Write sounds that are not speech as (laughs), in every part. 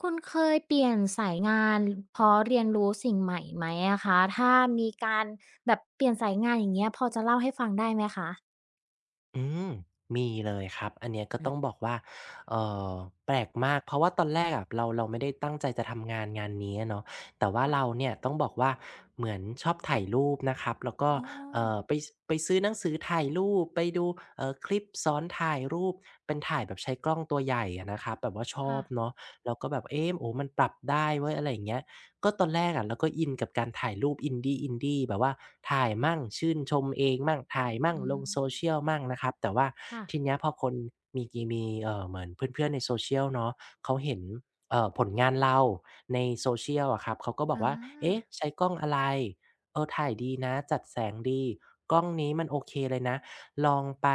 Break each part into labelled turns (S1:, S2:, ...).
S1: คุณเคยเปลี่ยนสายงานเพราะเรียนรู้สิ่งใหม่ไหมอะคะถ้ามีการแบบเปลี่ยนสายงานอย่างเงี้ยพอจะเล่าให้ฟังได้ไหมคะ
S2: อืมมีเลยครับอันเนี้ยก็
S1: อื
S2: ต้องบอ
S1: ม
S2: กว่าเออแปลกมากเพราะว่าตอนแรกอะเราไม่ได้ตั้งใจจะทำงานนี้อะเนาะแต่ว่าเรา
S1: ค่ะ
S2: เนี่ยต้องบอกว่าเหมือนชอบถ่ายรูปนะครับแล้วก็
S1: อ๋อ
S2: ไปซื้อหนังสือถ่ายรูปไปดูคลิปสอนถ่ายรูปเป็นถ่ายแบบใช้กล้องตัวใหญ่อะนะครับแบบว่าชอ
S1: ค่ะ
S2: บเนาะแล้วก็แบบเอ๊โอ้มันปรับได้เว้ยอะไรอย่างเงี้ย ก็ตอนแรกอะเราก็อินกับการถ่ายรูป i n ี้ e ินดี้แบบว่าถ่ายมั่งชื่นชมเองมั่งถ่ายมั่ง
S1: อื
S2: ลง
S1: ม
S2: โซเชียลมั่งนะครับแต่ว่า
S1: ค่ะ
S2: ทีเนี้ยพอคนมีเหมือนเพื่อนๆใน social เชียลเนาะเขาเห็นผลงานเราใน social อะครับเขาก็บอก
S1: อา
S2: ว่าเอ๊ะใช้กล้องอะไรถ่ายดีนะจัดแสงดีกล้องนี้มันโอเคเลยนะลองไป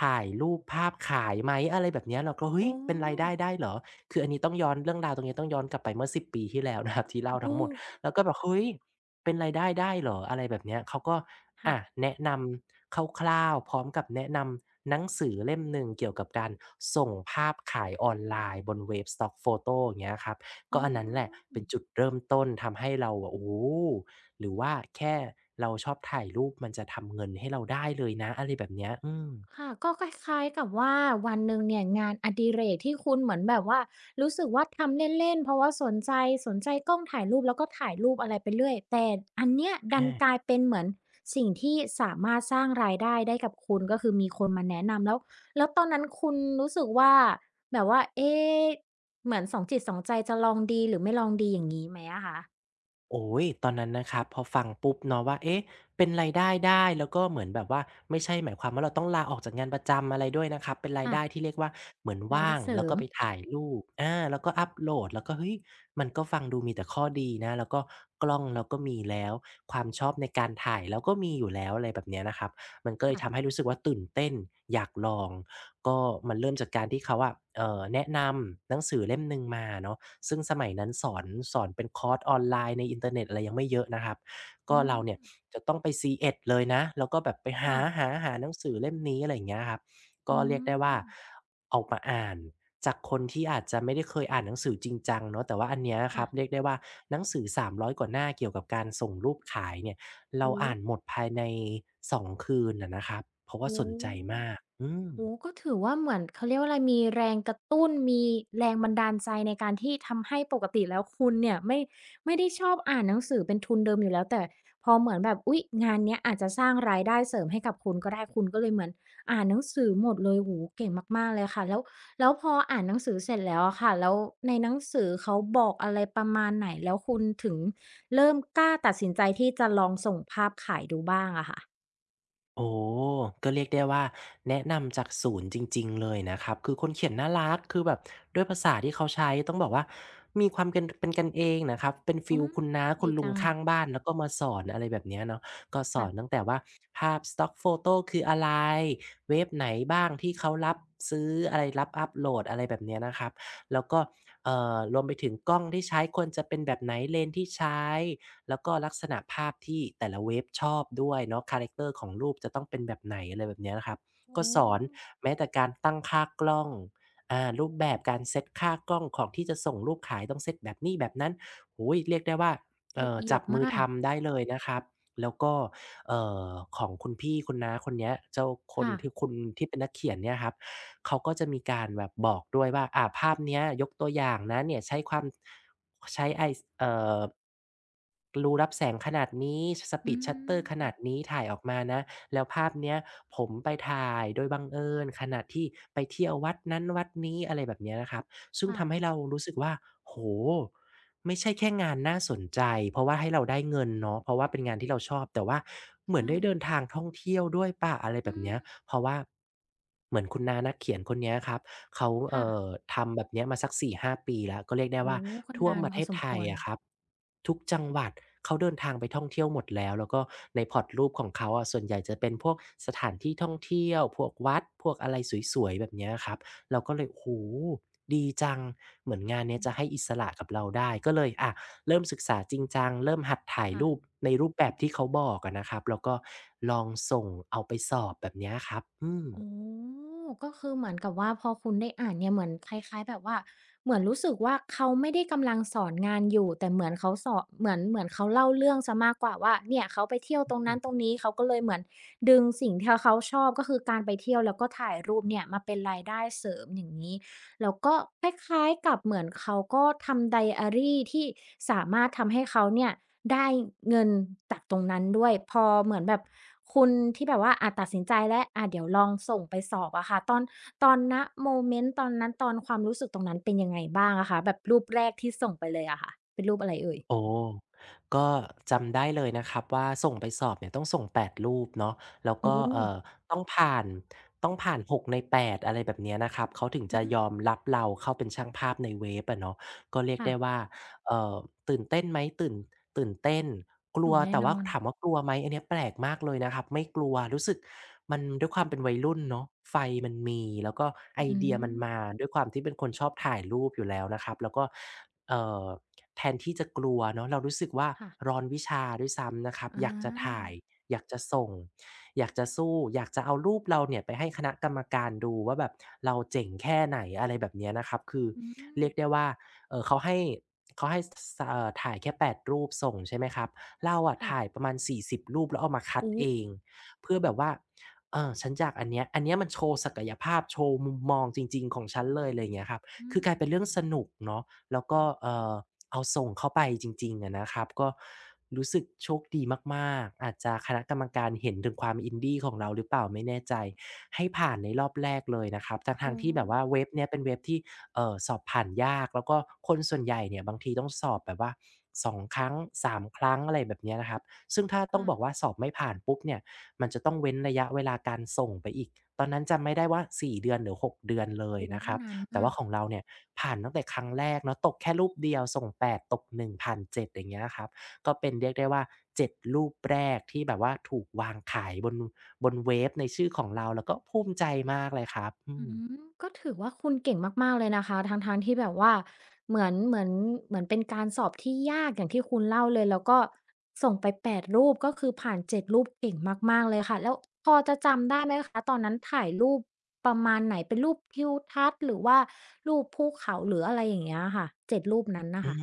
S2: ถ่ายรูปภาพขายไหมอะไรแบบเนี้ยเราก็เฮ้ย
S1: โอ้
S2: เป็นรายได้ได้เหรอ คืออันนี้ต้องย้อนเรื่องราวตรงนี้ต้องย้อนกลับไปเมื่อ10ปีที่แล้วนะครับที่เล่า
S1: โอ้
S2: ทั้งหมดแล้วก็แบบเฮ้ยเป็นรายได้ได้เหรออะไรแบบเนี้ยเขาก็
S1: ค่ะ
S2: อะแนะนำคร่าวๆพร้อมกับแนะนำหนังสือเล่มหนึ่งเกี่ยวกับการส่งภาพขายออนไลน์บนเว็บ Stock Photo อย่างเงี้ยครับ
S1: อ๋
S2: ก็อันนั้นแหละ
S1: อ
S2: เป็นจุดเริ่มต้นทำให้เราอะโอ้โฮหรือว่าแค่เราชอบถ่ายรูปมันจะทำเงินให้เราได้เลยนะอะไรแบบเนี้ยอืม
S1: ค่ะก็คล้ายๆกับว่าวันหนึ่งเนี่ยงานอดิเรกที่คุณเหมือนแบบว่ารู้สึกว่าทำเล่นๆเพราะว่าสนใจสนใจกล้องถ่ายรูปแล้วก็ถ่ายรูปอะไรไปเรื่อยแต่อันเนี้ยดันกลาย
S2: อา
S1: เป็นเหมือนสิ่งที่สามารถสร้างรายได้ได้กับคุณก็คือมีคนมาแนะนำแล้วแล้วตอนนั้นคุณรู้สึกว่าแบบว่าเอ๊ะเหมือนสองจิตสองใจจะลองดีหรือไม่ลองดีอย่างงี้ไหมอะคะ
S2: โอ้ยตอนนั้นนะครับพอฟังปุ๊บเนาะว่า เอ๊ะ เป็นรายได้ได้ แล้วก็เหมือนแบบว่าไม่ใช่หมายความว่าเราต้องลาออกจากงานประจำอะไรด้วยนะครับ เป็นรายได้
S1: ค่ะ
S2: ที่เรียกว่าเหมือน
S1: ราย
S2: ว่า
S1: ได้
S2: ง
S1: เสริ
S2: แล้วก็
S1: ม
S2: ไปถ่ายรูปอาแล้วก็อัปโหลดแล้วก็เฮ้ย มันก็ฟังดูมีแต่ข้อดีนะ แล้วก็กล้องเราก็มีแล้ว ความชอบในการถ่ายเราก็มีอยู่แล้วอะไรแบบเนี้ยนะครับมันก็เลยทำให้
S1: ค่ะ
S2: รู้สึกว่าตื่นเต้นอยากลอง ก็มันเริ่มจากการที่เขาอะแนะนำหนังสือเล่มหนึ่งมาเนาะซึ่งสมัยนั้นสอนเป็นคอร์สออนไลน์ในอินเทอร์เน็ตอะไรยังไม่เยอะนะครับก็
S1: อื
S2: เรา
S1: ม
S2: เนี่ยจะต้องไปซีเอ็ดเลยนะแล้วก็แบบไปหา
S1: ค่ะ
S2: หาหาหนังสือเล่มนี้อะไรอย่างเงี้ยครับก็
S1: อื
S2: เรียกได้ว่า
S1: ม
S2: ออกมาอ่านจากคนที่อาจจะไม่ได้เคยอ่านหนังสือจริงจังเนาะแต่ว่าอันเนี้ยครั
S1: ค่ะ
S2: บเรียกได้ว่าหนังสือสามร้อยกว่าหน้าเกี่ยวกับการส่งรูปขายเนี่ยเรา
S1: โอ้
S2: อ่านห
S1: โฮ
S2: มดภายในสองคืนอะนะครับเพราะว่าส
S1: โอ้
S2: นใจมากอืม
S1: โอ้โฮก็ถือว่าเหมือนเขาเรียกว่าอะไรมีแรงกระตุ้นมีแรงบันดาลใจในการที่ทำให้ปกติแล้วคุณเนี่ยไม่ได้ชอบอ่านหนังสือเป็นทุนเดิมอยู่แล้วแต่พอเหมือนแบบอุ๊ยงานเนี้ยอาจจะสร้างรายได้เสริมให้กับคุณก็ได้คุณก็เลยเหมือนอ่านหนังสือหมดเลยโอ้โฮเก่งมากๆเลยค่ะแล้วแล้วพออ่านหนังสือเสร็จแล้วอะค่ะแล้วในหนังสือเขาบอกอะไรประมาณไหนแล้วคุณถึงเริ่มกล้าตัดสินใจที่จะลองส่งภาพขายดูบ้างอะค่ะ
S2: โอ้ก็เรียกได้ว่าแนะนำจากศูนย์จริงๆเลยนะครับคือคนเขียนน่ารักคือแบบด้วยภาษาที่เขาใช้ต้องบอกว่ามีความเป็นกันเองนะครับเป็นฟี
S1: อื
S2: ล
S1: ม
S2: คุณน้าคุ
S1: ดี
S2: ณลุง
S1: จัง
S2: ข้างบ้านแล้วก็มาสอนอะไรแบบเนี้ยเนาะก็สอ
S1: ค่ะ
S2: นตั้งแต่ว่าภาพ Stock Photo คืออะไรเว็บไหนบ้างที่เขารับซื้ออะไรรับอัปโหลดอะไรแบบเนี้ยนะครับแล้วก็รวมไปถึงกล้องที่ใช้ควรจะเป็นแบบไหนเลนส์ที่ใช้ แล้วก็ลักษณะภาพที่แต่ละเวฟชอบด้วยเนาะคาแรกเตอร์ของรูปจะต้องเป็นแบบไหนอะไรแบบเนี้ยนะครับก็
S1: โอ้
S2: สอนแม้แต่การตั้งค่ากล้องอ่ารูปแบบการเซตค่ากล้องของที่จะส่งรูปขายต้องเซตแบบนี้แบบนั้นโอ้โฮเรียกได้ว่า
S1: ละเอีย
S2: จับ
S1: ด
S2: มือ
S1: มาก
S2: ทำได้เลยนะครับแล้วก็เอ่อของคุณพี่คุณน้าคนเนี้ยเจ้าคน
S1: ค่ะ
S2: ที่คุณที่เป็นนักเขียนเนี่ยครับ เขาก็จะมีการแบบบอกด้วยว่าอ่าภาพเนี้ยยกตัวอย่างนะเนี่ยใช้ความใช้ไอสเอ่อรูรับแสงขนาดนี้
S1: อื
S2: speed shutter ขนา
S1: ม
S2: ดนี้ถ่ายออกมานะแล้วภาพเนี้ยผมไปถ่ายโดยบังเอิญขณะที่ไปเที่ยววัดนั้นวัดนี้อะไรแบบเนี้ยนะครับซึ่ง
S1: ค่ะ
S2: ทำให้เรารู้สึกว่าโอ้โฮ ไม่ใช่แค่งานน่าสนใจเพราะว่าให้เราได้เงินเนาะเพราะว่าเป็นงานที่เราชอบแต่ว่าเหมือน
S1: ใช่
S2: ได้เดินทางท่องเที่ยวด้วยเปล่าอะไรแบ
S1: อื
S2: บเนี้
S1: ม
S2: ยเพราะว่าเหมือนคุณน้านักเขียนคนเนี้ยครับเขา
S1: ค่ะ
S2: ทำแบบเนี้ยมาสักสี่ห้าปีแล้วก็เรียกได้
S1: โอ้
S2: ว่า
S1: โฮก็
S2: ทั่ว
S1: นาน
S2: ประ
S1: พ
S2: เท
S1: อ
S2: ศ
S1: สม
S2: ไท
S1: ค
S2: ย
S1: วร
S2: อะครับทุกจังหวัดเขาเดินทางไปท่องเที่ยวหมดแล้วแล้วก็ในพอร์ตรูปของเขาอะส่วนใหญ่จะเป็นพวกสถานที่ท่องเที่ยวพวกวัดพวกอะไรสวยๆแบบเนี้ยครับ เราก็เลยโอ้โฮดีจังเหมือนงานเนี้ย
S1: อื
S2: จะให้
S1: ม
S2: อิสระกับเราได้ก็เลยอะเริ่มศึกษาจริงจังเริ่มหัดถ่าย
S1: ค่ะ
S2: รูปในรูปแบบที่เขาบอกอะนะครับแล้วก็ลองส่งเอาไปสอบแบบเนี้ยครับอืม
S1: อ๋อก็คือเหมือนกับว่าพอคุณได้อ่านเนี่ยเหมือนคล้ายๆแบบว่าเหมือนรู้สึกว่าเขาไม่ได้กำลังสอนงานอยู่แต่เหมือนเขาสอนเหมือนเขาเล่าเรื่องเสียมากกว่าว่าเนี่ยเขาไปเที่ยวตรงนั้นตรงนี้เขาก็เลยเหมือนดึงสิ่งที่เขาชอบก็คือการไปเที่ยวแล้วก็ถ่ายรูปเนี่ยมาเป็นรายได้เสริมอย่างงี้ แล้วก็คล้ายๆกับเหมือนเขาก็ทำไดอารีที่สามารถทำให้เขาเนี่ยได้เงินจากตรงนั้นด้วยพอเหมือนแบบคุณที่แบบว่าอะตัดสินใจแล้วอะเดี๋ยวลองส่งไปสอบอะค่ะตอนตอนณโมเมนต์ตอนนั้นตอนความรู้สึกตรงนั้นเป็นยังไงบ้างอะคะแบบรูปแรกที่ส่งไปเลยอะค่ะเป็นรูปอะไรเอ่ย
S2: โอ้ก็จำได้เลยนะครับว่าส่งไปสอบเนี่ยต้องส่ง8รูปเนาะแล้ว
S1: โอ้
S2: ก็ต้องผ่านต้องผ่าน6ใน8อะไรแบบเนี้ยนะครับเขาถึงจะ
S1: อืม
S2: ยอมรับเราเข้าเป็นช่างภาพในเว็บอะเนาะก็เรียก
S1: ค่ะ
S2: ได้ว่าเอ่อตื่นเต้นไหมตื่นเต้นก
S1: ห
S2: ลั
S1: นู
S2: ว
S1: แน่
S2: แต่
S1: น
S2: ว่า
S1: อน
S2: ถามว่ากลัวไหมอันเนี้ยแปลกมากเลยนะครับไม่กลัวรู้สึกมันด้วยความเป็นวัยรุ่นเนาะไฟมันมีแล้วก็ไอ
S1: อื
S2: เดียมัน
S1: ม
S2: มาด้วยความที่เป็นคนชอบถ่ายรูปอยู่แล้วนะครับแล้วก็เอ่อ แทนที่จะกลัวเนาะเรารู้สึกว่า
S1: ค่ะ
S2: ร้อนวิชาด้วยซ้ำนะครับ
S1: อ
S2: อยากจะถ่า
S1: า
S2: ยอยากจะส่งอยากจะสู้อยากจะเอารูปเราเนี่ยไปให้คณะกรรมการดูว่าแบบเราเจ๋งแค่ไหนอะไรแบบเนี้ยนะครับคือ
S1: อืม
S2: เรียกได้ว่าเอ่อเขาให้เขาให้ถ่ายแค่8รูปส่งใช่ไหมครับเราอะ
S1: ค่ะ
S2: ถ่ายประมาณ40รูปแล้วเอามาคัด
S1: โอ้
S2: เองเพื่อแบบว่าเออฉันอยากอันเนี้ยมันโชว์ศักยภาพโชว์มุมมองจริงๆของฉันเลยไรเงี้ยครับ
S1: อื
S2: คือ
S1: ม
S2: กลายเป็นเรื่องสนุกเนาะ แล้วก็เอาส่งเข้าไปจริงๆอะนะครับก็รู้สึกโชคดีมากๆอาจจะคณะกรรมการเห็นถึงความอินดี้ของเราหรือเปล่าไม่แน่ใจให้ผ่านในรอบแรกเลยนะครับทั้ง
S1: โอ้
S2: ๆที่แบบว่าเว็บเนี้ยเป็นเว็บที่สอบผ่านยากแล้วก็คนส่วนใหญ่เนี่ยบางทีต้องสอบแบบว่า2ครั้ง3ครั้งอะไรแบบเนี้ยนะครับซึ่งถ้าต้องบอก
S1: ค่ะ
S2: ว่าสอบไม่ผ่านปุ๊บเนี่ยมันจะต้องเว้นระยะเวลาการส่งไปอีกตอนนั้นจำไม่ได้ว่า4 เดือนหรือ 6 เดือนเลย
S1: โอ้
S2: นะครับ
S1: นาน
S2: แต่
S1: มา
S2: ว่า
S1: ก
S2: ของเราเนี่ยผ่านตั้งแต่ครั้งแรกเนาะตกแค่รูปเดี
S1: อื
S2: ยว
S1: ม
S2: ส่ง
S1: อ
S2: 8ตก1ผ่าน7อย่างเงี้ยครับก็เป็นเรียกได้ว่า7รูปแรกที่แบบว่าถูกวางขายบนเว็บในชื่อของเราแล้วก็ภูมิใจมากเลยครับอื
S1: ื
S2: ม
S1: มก็ถือว่าคุณเก่งมากๆเลยนะคะทั้งๆที่แบบว่าเหมือนเหมือนเหมือนเป็นการสอบที่ยากอย่างที่คุณเล่าเลย แล้วก็ส่งไป8รูปก็คือผ่าน7รูปเก่งมากๆเลยค่ะแล้วพอจะจำได้ไหมคะตอนนั้นถ่ายรูปประมาณไหน เป็นรูปทิวทัศน์หรือว่ารูปภูเขาหรืออะไรอย่างเงี้ยค่ะเจ็ดรูปนั้นน่ะ
S2: อื
S1: ค่ะ
S2: ม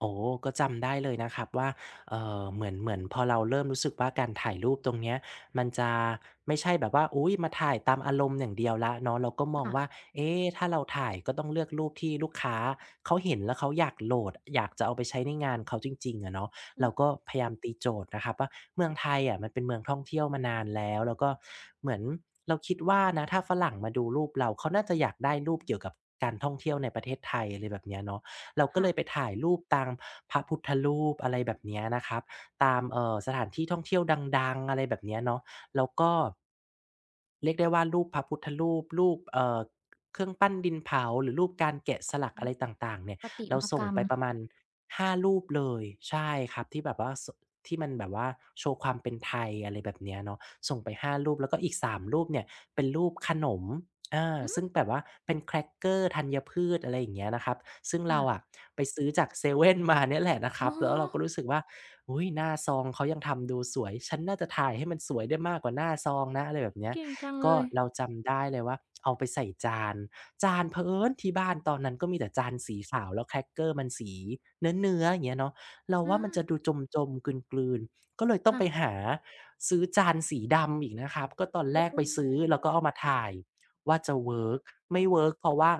S2: โอ้ก็จำได้เลยนะครับว่าเหมือนพอเราเริ่มรู้สึกว่าการถ่ายรูปตรงเนี้ยมันจะไม่ใช่แบบว่าอุ๊ยมาถ่ายตามอารมณ์อย่างเดียวแล้วเนาะเราก็มองว่า
S1: ค่ะ
S2: เอ๊ถ้าเราถ่ายก็ต้องเลือกรูปที่ลูกค้าเขาเห็นแล้วเขาอยากโหลดอยากจะเอาไปใช้ในงานเขาจริงๆอะเนาะ
S1: อื
S2: เรา
S1: ม
S2: ก็พยายามตีโจทย์นะครับว่าเมืองไทยอะมันเป็นเมืองท่องเที่ยวมานานแล้วแล้วก็เหมือนเราคิดว่านะถ้าฝรั่งมาดูรูปเราเขาน่าจะอยากได้รูปเกี่ยวกับการท่องเที่ยวในประเทศไทยอะไรแบบเนี้ยเนาะ เราก็เล
S1: ค่ะ
S2: ยไปถ่ายรูปตามพระพุทธรูปอะไรแบบเนี้ยนะครับตามสถานที่ท่องเที่ยวดังๆอะไรแบบเนี้ยเนาะแล้วก็เรียกได้ว่ารูปพระพุทธรูปรูปเครื่องปั้นดินเผาหรือรูปการแกะสลัก
S1: อื
S2: อะไร
S1: อ
S2: ต่างๆเนี่ย
S1: ประติ
S2: เรา
S1: มาก
S2: ส่ง
S1: รรม
S2: ไปประมาณ5รูปเลยใช่ครับที่แบบว่าที่มันแบบว่าโชว์ความเป็นไทยอะไรแบบเนี้ยเนาะส่งไป5รูปแล้วก็อีก3รูปเนี่ยเป็นรูปขนม อา
S1: อืม
S2: ซึ่งแบบว่าเป็นแครกเกอร์ธัญพืชอะไรอย่างเงี้ยนะครับซึ่งเราอะ
S1: ค่ะ
S2: ไปซื้อจากเซเว่นมาเนี่ยแหละนะครั
S1: อ๋อ
S2: บแล้วเราก็รู้สึกว่าอุ๊ยหน้าซองเขายังทำดูสวยฉันน่าจะถ่ายให้มันสวยได้มากกว่าหน้าซองนะอะไรแบบเนี้ย
S1: เก่งจังเล
S2: ก็
S1: ย
S2: เราจำได้เลยว่าเอาไปใส่จานจานเผอิญที่บ้านตอนนั้นก็มีแต่จานสีขาวแล้วแครกเกอร์มันสีเนื้อๆอย่างเงี้ยเนาะเราว่ามันจะ
S1: อา
S2: ดูจมๆกลืนๆก็เลยต้องไป
S1: ค่ะ
S2: หาซื้อจานสีดำอีกนะครับก็ตอน
S1: อ
S2: แรก
S1: ื
S2: ไปซื้อ
S1: ม
S2: แล้วก็เอามาถ่าย ว่าจะเวิร์กไม่เวิร์กเพราะว่า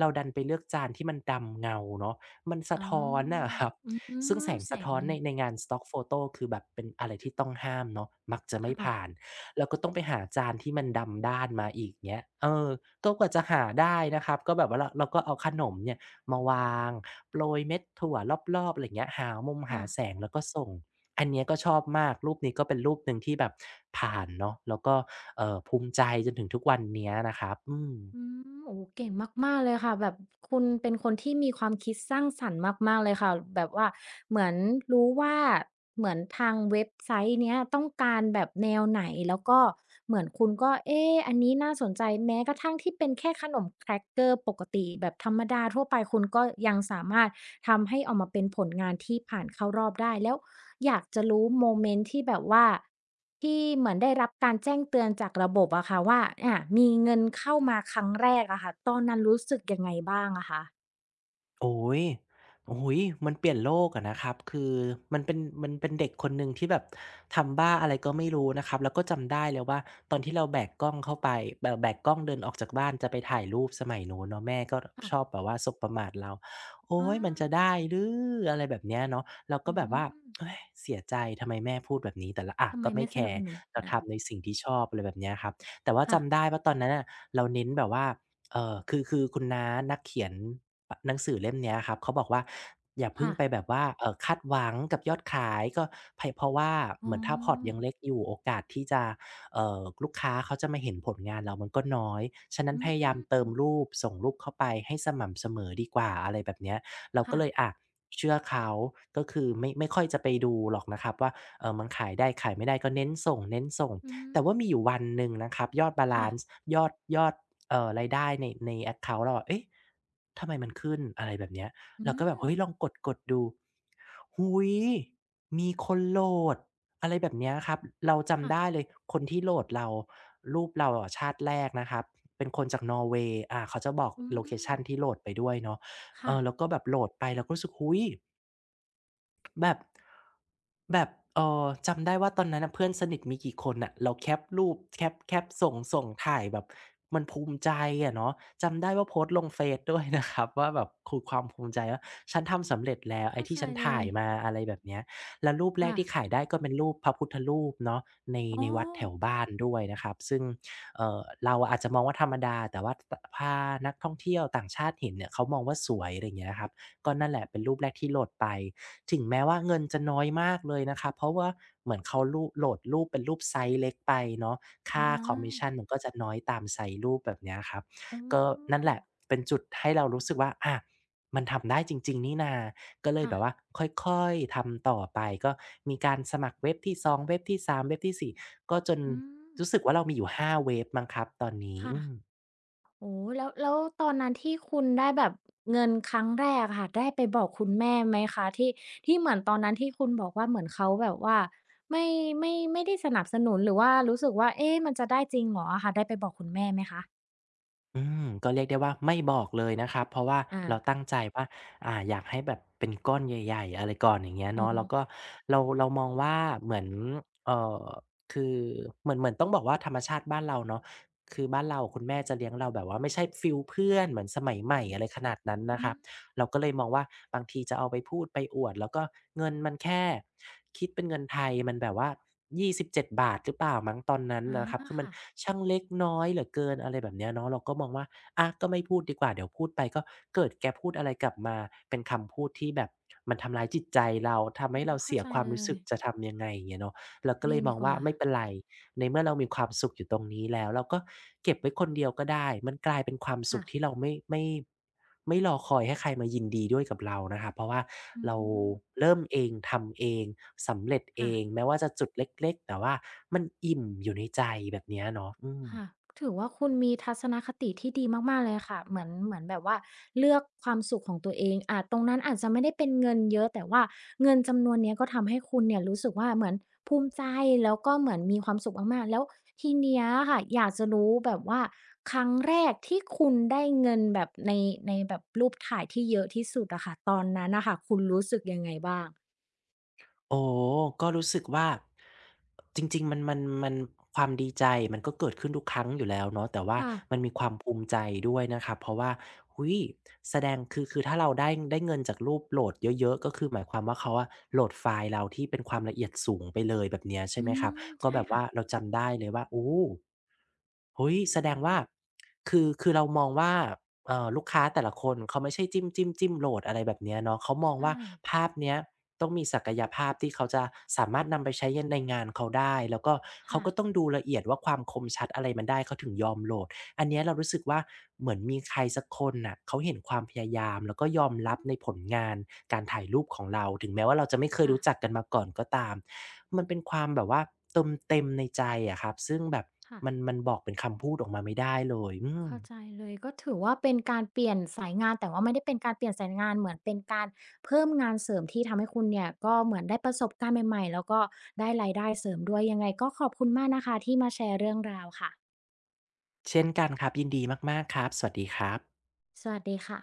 S2: เราดันไปเลือกจานที่มันดำเงาเนาะมันสะ
S1: อ๋
S2: ท้อน
S1: อ
S2: น่ะครับ
S1: อื
S2: ซึ่งแส
S1: ม
S2: ง
S1: แส
S2: สะ
S1: ง
S2: ท้อน
S1: มัน
S2: ในงาน Stock Photo คือแบบเป็นอะไรที่ต้องห้ามเนาะมักจะไม่ผ่าน
S1: ค่ะ
S2: เราก็ต้องไปหาจานที่มันดำด้านมาอีกเงี้ยเออก็กว่าจะหาได้นะครับก็แบบว่าเราก็เอาขนมเนี่ยมาวางโปรยเม็ดถั่วรอบๆอะไรอย่างเงี้ยหามุมหา
S1: ค่ะ
S2: แสงแล้วก็ส่ง อันเนี้ยก็ชอบมาก รูปนี้ก็เป็นรูปหนึ่งที่แบบผ่านเนาะแล้วก็ภูมิใจจนถึงทุกวันเนี้ยนะครับอืม
S1: อืมโอ้โฮเก่งมากๆเลยค่ะแบบคุณเป็นคนที่มีความคิดสร้างสรรค์มากๆเลยค่ะ แบบว่าเหมือนรู้ว่าเหมือนทางเว็บไซต์เนี้ยต้องการแบบแนวไหนแล้วก็เหมือนคุณก็เอ๊อันนี้น่าสนใจแม้กระทั่งที่เป็นแค่ขนมแครกเกอร์ปกติแบบธรรมดาทั่วไปคุณก็ยังสามารถ ทำให้ออกมาเป็นผลงานที่ผ่านเข้ารอบได้แล้วอยากจะรู้โมเมนต์ที่แบบว่าที่เหมือนได้รับการแจ้งเตือนจากระบบอะค่ะว่าอามีเงินเข้ามาครั้งแรกอะค่ะตอนนั้นรู้สึกยังไงบ้างอะคะ
S2: โอ้ยโอ้โฮมันเปลี่ยนโลกอะนะครับคือมันเป็นมันเป็นเด็กคนหนึ่งที่แบบทำบ้าอะไรก็ไม่รู้นะครับแล้วก็จำได้เลยว่าตอนที่เราแบกกล้องเข้าไปแบกกล้องเดินออกจากบ้านจะไปถ่ายรูปสมัยนู้นเนาะแม่ก็ชอบ
S1: ค่ะ
S2: แบบว่าสบประมาทเราโอ๊
S1: อา
S2: ยมันจะได้หรืออะไรแบบเนี้ยเนาะเราก็
S1: อื
S2: แบบว่า
S1: ม
S2: เฮ้ยเสียใจทำไมแม่พูดแบบนี้แต่เราอะ
S1: ทำไม
S2: ก็ไม่
S1: ไม่ส
S2: แค
S1: นับ
S2: ร์
S1: สนุน
S2: เรา
S1: อา
S2: ทำในสิ่งที่ชอบอะไรแบบเนี้ยครับแต่ว่า
S1: ค่ะ
S2: จำได้ว่าตอนนั้นน่ะเราเน้นแบบว่า เออคือคุณน้านักเขียนปหนังสือเล่มเนี้ยครับเขาบอกว่าอย่าเพิ่ง
S1: ค่ะ
S2: ไปแบบว่าคาดหวังกับยอดขายก็ไพเพราะว่า
S1: อ๋
S2: เห
S1: อ
S2: มือนถ้าพอร์ตยังเล็กอยู่โอกาสที่จะลูกค้าเขาจะมาเห็นผลงานเรามันก็น้อยฉะนั้น
S1: อื
S2: พยายามเติม
S1: ม
S2: รูปส่งรูปเข้าไปให้สม่ำเสมอดีกว่าอะไรแบบเนี้ยเราก็
S1: ค่ะ
S2: เลยอะเชื่อเขาก็คือไม่ค่อยจะไปดูหรอกนะครับว่ามันขายได้ขายไม่ได้ก็เน้นส่ง
S1: อื
S2: ๆแต่
S1: ม
S2: ว่ามีอยู่วันหนึ่งนะครับยอดบาลั
S1: ค่ะ
S2: นซ์ยอด รายได้ในแอ็กเคานต์เราอะเอ๊ะทำไมมันขึ้นอะไรแบบเนี้ย
S1: อื
S2: เราก็แบบ
S1: ม
S2: เฮ้ยลองกดดูอุ๊ยมีคนโหลดอะไรแบบเนี้ยครับเรา
S1: ค่ะ
S2: จำได้เลยคนที่โหลดเรารูปเราอะชาติแรกนะครับเป็นคนจากนอร์เวย์อาเขาจะบอก
S1: อื
S2: โลเค
S1: ม
S2: ชันที่โหลดไปด้วยเนาะเอ
S1: ค่ะ
S2: อแล้วก็แบบโหลดไปเราก็รู้สึกอุ๊ย แบบแบบจำได้ว่าตอนนั้นน่ะเพื่อนสนิทมีกี่คนน่ะเราแคปรูปแคปส่งถ่ายแบบมันภูมิใจอะเนาะจำได้ว่าโพสต์ลงเฟซด้วยนะครับ (laughs) ว่าแบบคือความภูมิใจว่าฉันทำสำเร็จแล้วไอ้
S1: เข้า
S2: ที่
S1: ใจ
S2: ฉัน
S1: เล
S2: ถ่า
S1: ย
S2: ยมาอะไรแบบเนี้ยแล้วรูปแรก
S1: ค่ะ
S2: ที่ขายได้ก็เป็นรูปพระพุทธรูปเนาะใน
S1: อ๋อ
S2: ในวัดแถวบ้านด้วยนะครับซึ่งเราอาจจะมองว่าธรรมดาแต่ว่าตพานักท่องเที่ยวต่างชาติเห็นเนี่ยเขามองว่าสวยอะไรอย่างเงี้ยครับก็นั่นแหละเป็นรูปแรกที่โหลดไป ถึงแม้ว่าเงินจะน้อยมากเลยนะครับเพราะว่าเหมือนเขารูปโหลดรูปเป็นรูปไซส์เล็กไปเนาะ
S1: อา
S2: ค่าคอมมิชชันมันก็จะน้อยตามไซส์รูปแบบเนี้ยครับ
S1: อ๋
S2: ก็นั่น
S1: อ
S2: แหละเป็นจุดให้เรารู้สึกว่าอามันทำได้จริงๆนี่นาก็เลย
S1: ค่ะ
S2: แบบว่าค่อยๆทำต่อไปก็มีการสมัครเว็บที่2เว็บที่3เว็บที่4ก็จน
S1: อืม
S2: รู้สึกว่าเรามีอยู่5เว็บมั้งครับตอนนี้
S1: ค่ะ
S2: อืม
S1: โอ้แล้วแล้วตอนนั้นที่คุณได้แบบเงินครั้งแรกอะค่ะได้ไปบอกคุณแม่ไหมคะที่ที่เหมือนตอนนั้นที่คุณบอกว่าเหมือนเขาแบบว่าไม่ไม่ได้สนับสนุนหรือว่ารู้สึกว่าเอ๊ะมันจะได้จริงเหรออะค่ะได้ไปบอกคุณแม่ไหมคะ
S2: อืมก็เรียกได้ว่าไม่บอกเลยนะครับเพราะว่า
S1: อา
S2: เราตั้งใจว่าอ่าอยากให้แบบเป็นก้อนใหญ่ๆอะไรก่อนอย่างเงี้ย
S1: อ๋อ
S2: เนาะแล้วก็เรามองว่าเหมือนเอ่อคือเหมือนต้องบอกว่าธรรมชาติบ้านเราเนาะคือบ้านเราคุณแม่จะเลี้ยงเราแบบว่าไม่ใช่ฟีลเพื่อนเหมือนสมัยใหม่อะไรขนาดนั้นนะค
S1: อื
S2: รั
S1: ม
S2: บ เราก็เลยมองว่าบางทีจะเอาไปพูดไปอวดแล้วก็เงินมันแค่คิดเป็นเงินไทยมันแบบว่ายี่สิบ27หรือเปล่ามั้งตอนนั้น
S1: อา
S2: นะครับคือมัน
S1: ค่ะ
S2: ช่างเล็กน้อยเหลือเกินอะไรแบบเนี้ยเนาะเราก็มองว่าอะก็ไม่พูดดีกว่าเดี๋ยวพูดไปก็เกิดแกพูดอะไรกลับมาเป็นคำพูดที่แบบมันทำร้ายจิตใจเราทำ
S1: อื
S2: ให้
S1: ม
S2: เรา
S1: เข้า
S2: เสีย
S1: ใจ
S2: ความ
S1: เล
S2: รู้
S1: ย
S2: สึกจะทำยังไงอย่างเงี้ยเนาะเราก็เล
S1: เลี่ย
S2: ย
S1: ง
S2: มอ
S1: ดี
S2: ง
S1: ก
S2: ว่า
S1: ว่า
S2: ไม่เป็นไร ในเมื่อเรามีความสุขอยู่ตรงนี้แล้วเราก็เก็บไว้คนเดียวก็ได้มันกลายเป็นความสุ
S1: ค่ะ
S2: ขที่เราไม่รอคอยให้ใครมายินดีด้วยกับเรานะครับเพราะว่า
S1: อื
S2: เรา
S1: ม
S2: เริ่มเองทำเองสำเร็จเอ
S1: ค่ะ
S2: งแม้ว่าจะจุดเล็กๆแต่ว่ามันอิ่มอยู่ในใจแบบเนี้ยเนาะอืม
S1: ค่ะถือว่าคุณมีทัศนคติที่ดีมากๆเลยค่ะเหมือนเหมือนแบบว่าเลือกความสุขของตัวเองอาตรงนั้นอาจจะไม่ได้เป็นเงินเยอะแต่ว่าเงินจำนวนเนี้ยก็ทำให้คุณเนี่ยรู้สึกว่าเหมือนภูมิใจแล้วก็เหมือนมีความสุขมากๆแล้วทีเนี้ยค่ะอยากจะรู้แบบว่าครั้งแรกที่คุณได้เงินแบบในในแบบรูปถ่ายที่เยอะที่สุดอะค่ะตอนนั้นน่ะค่ะคุณรู้สึกยังไงบ้าง
S2: โอ้ก็รู้สึกว่าจริงๆมันความดีใจมันก็เกิดขึ้นทุกครั้งอยู่แล้วเนาะแต่ว่า
S1: ค่ะ
S2: มันมีความภูมิใจด้วยนะครับเพราะว่าอุ๊ยแสดงคือถ้าเราได้เงินจากรูปโหลดเยอะๆก็คือหมายความว่าเขาอะโหลดไฟล์เราที่เป็นความละเอียดสูงไปเลยแบบเนี้ยใช่
S1: อื
S2: ไหมครับ
S1: ม
S2: ก็
S1: ใช่
S2: แบบ
S1: ค่ะ
S2: ว่าเราจำได้เลยว่าโอ้เฮ้ยแสดงว่าคือเรามองว่า ลูกค้าแต่ละคนเขาไม่ใช่จิ้มๆมจิ้มโหลดอะไรแบบเนี้ยเนาะเขาม
S1: ใช
S2: องว่า
S1: ่
S2: ภาพเนี้ยต้องมีศักยภาพที่เขาจะสามารถนำไปใช้ยในงานเขาได้แล้วก็เขา
S1: ค่ะ
S2: ก็ต้องดูละเอียดว่าความคมชัดอะไรมันได้เขาถึงยอมโหลดอันเนี้ยเรารู้สึกว่าเหมือนมีใครสักคนน่ะเขาเห็นความพยายามแล้วก็ยอมรับ
S1: อื
S2: ในผ
S1: ม
S2: ลงานการถ่ายรูปของเราถึงแม้ว่าเราจะไม่เคย
S1: ค่ะ
S2: รู้จักกันมาก่อนก็ตามมันเป็นความแบบว่าเติมเต็มในใจอะครับซึ่งแบบมัน
S1: ค่ะ
S2: มันบอกเป็นคำพูดออกมาไม่ได้เลยอืม
S1: เข้าใจเลยก็ถือว่าเป็นการเปลี่ยนสายงานแต่ว่าไม่ได้เป็นการเปลี่ยนสายงานเหมือนเป็นการเพิ่มงานเสริมที่ทำให้คุณเนี่ยก็เหมือนได้ประสบการณ์ใหม่ๆแล้วก็ได้รายได้เสริมด้วยยังไงก็ขอบคุณมากนะคะที่มาแชร์เรื่องราวค่ะ
S2: เช่นกันครับยินดีมากๆครับสวัสดีครับ
S1: สวัสดีค่ะ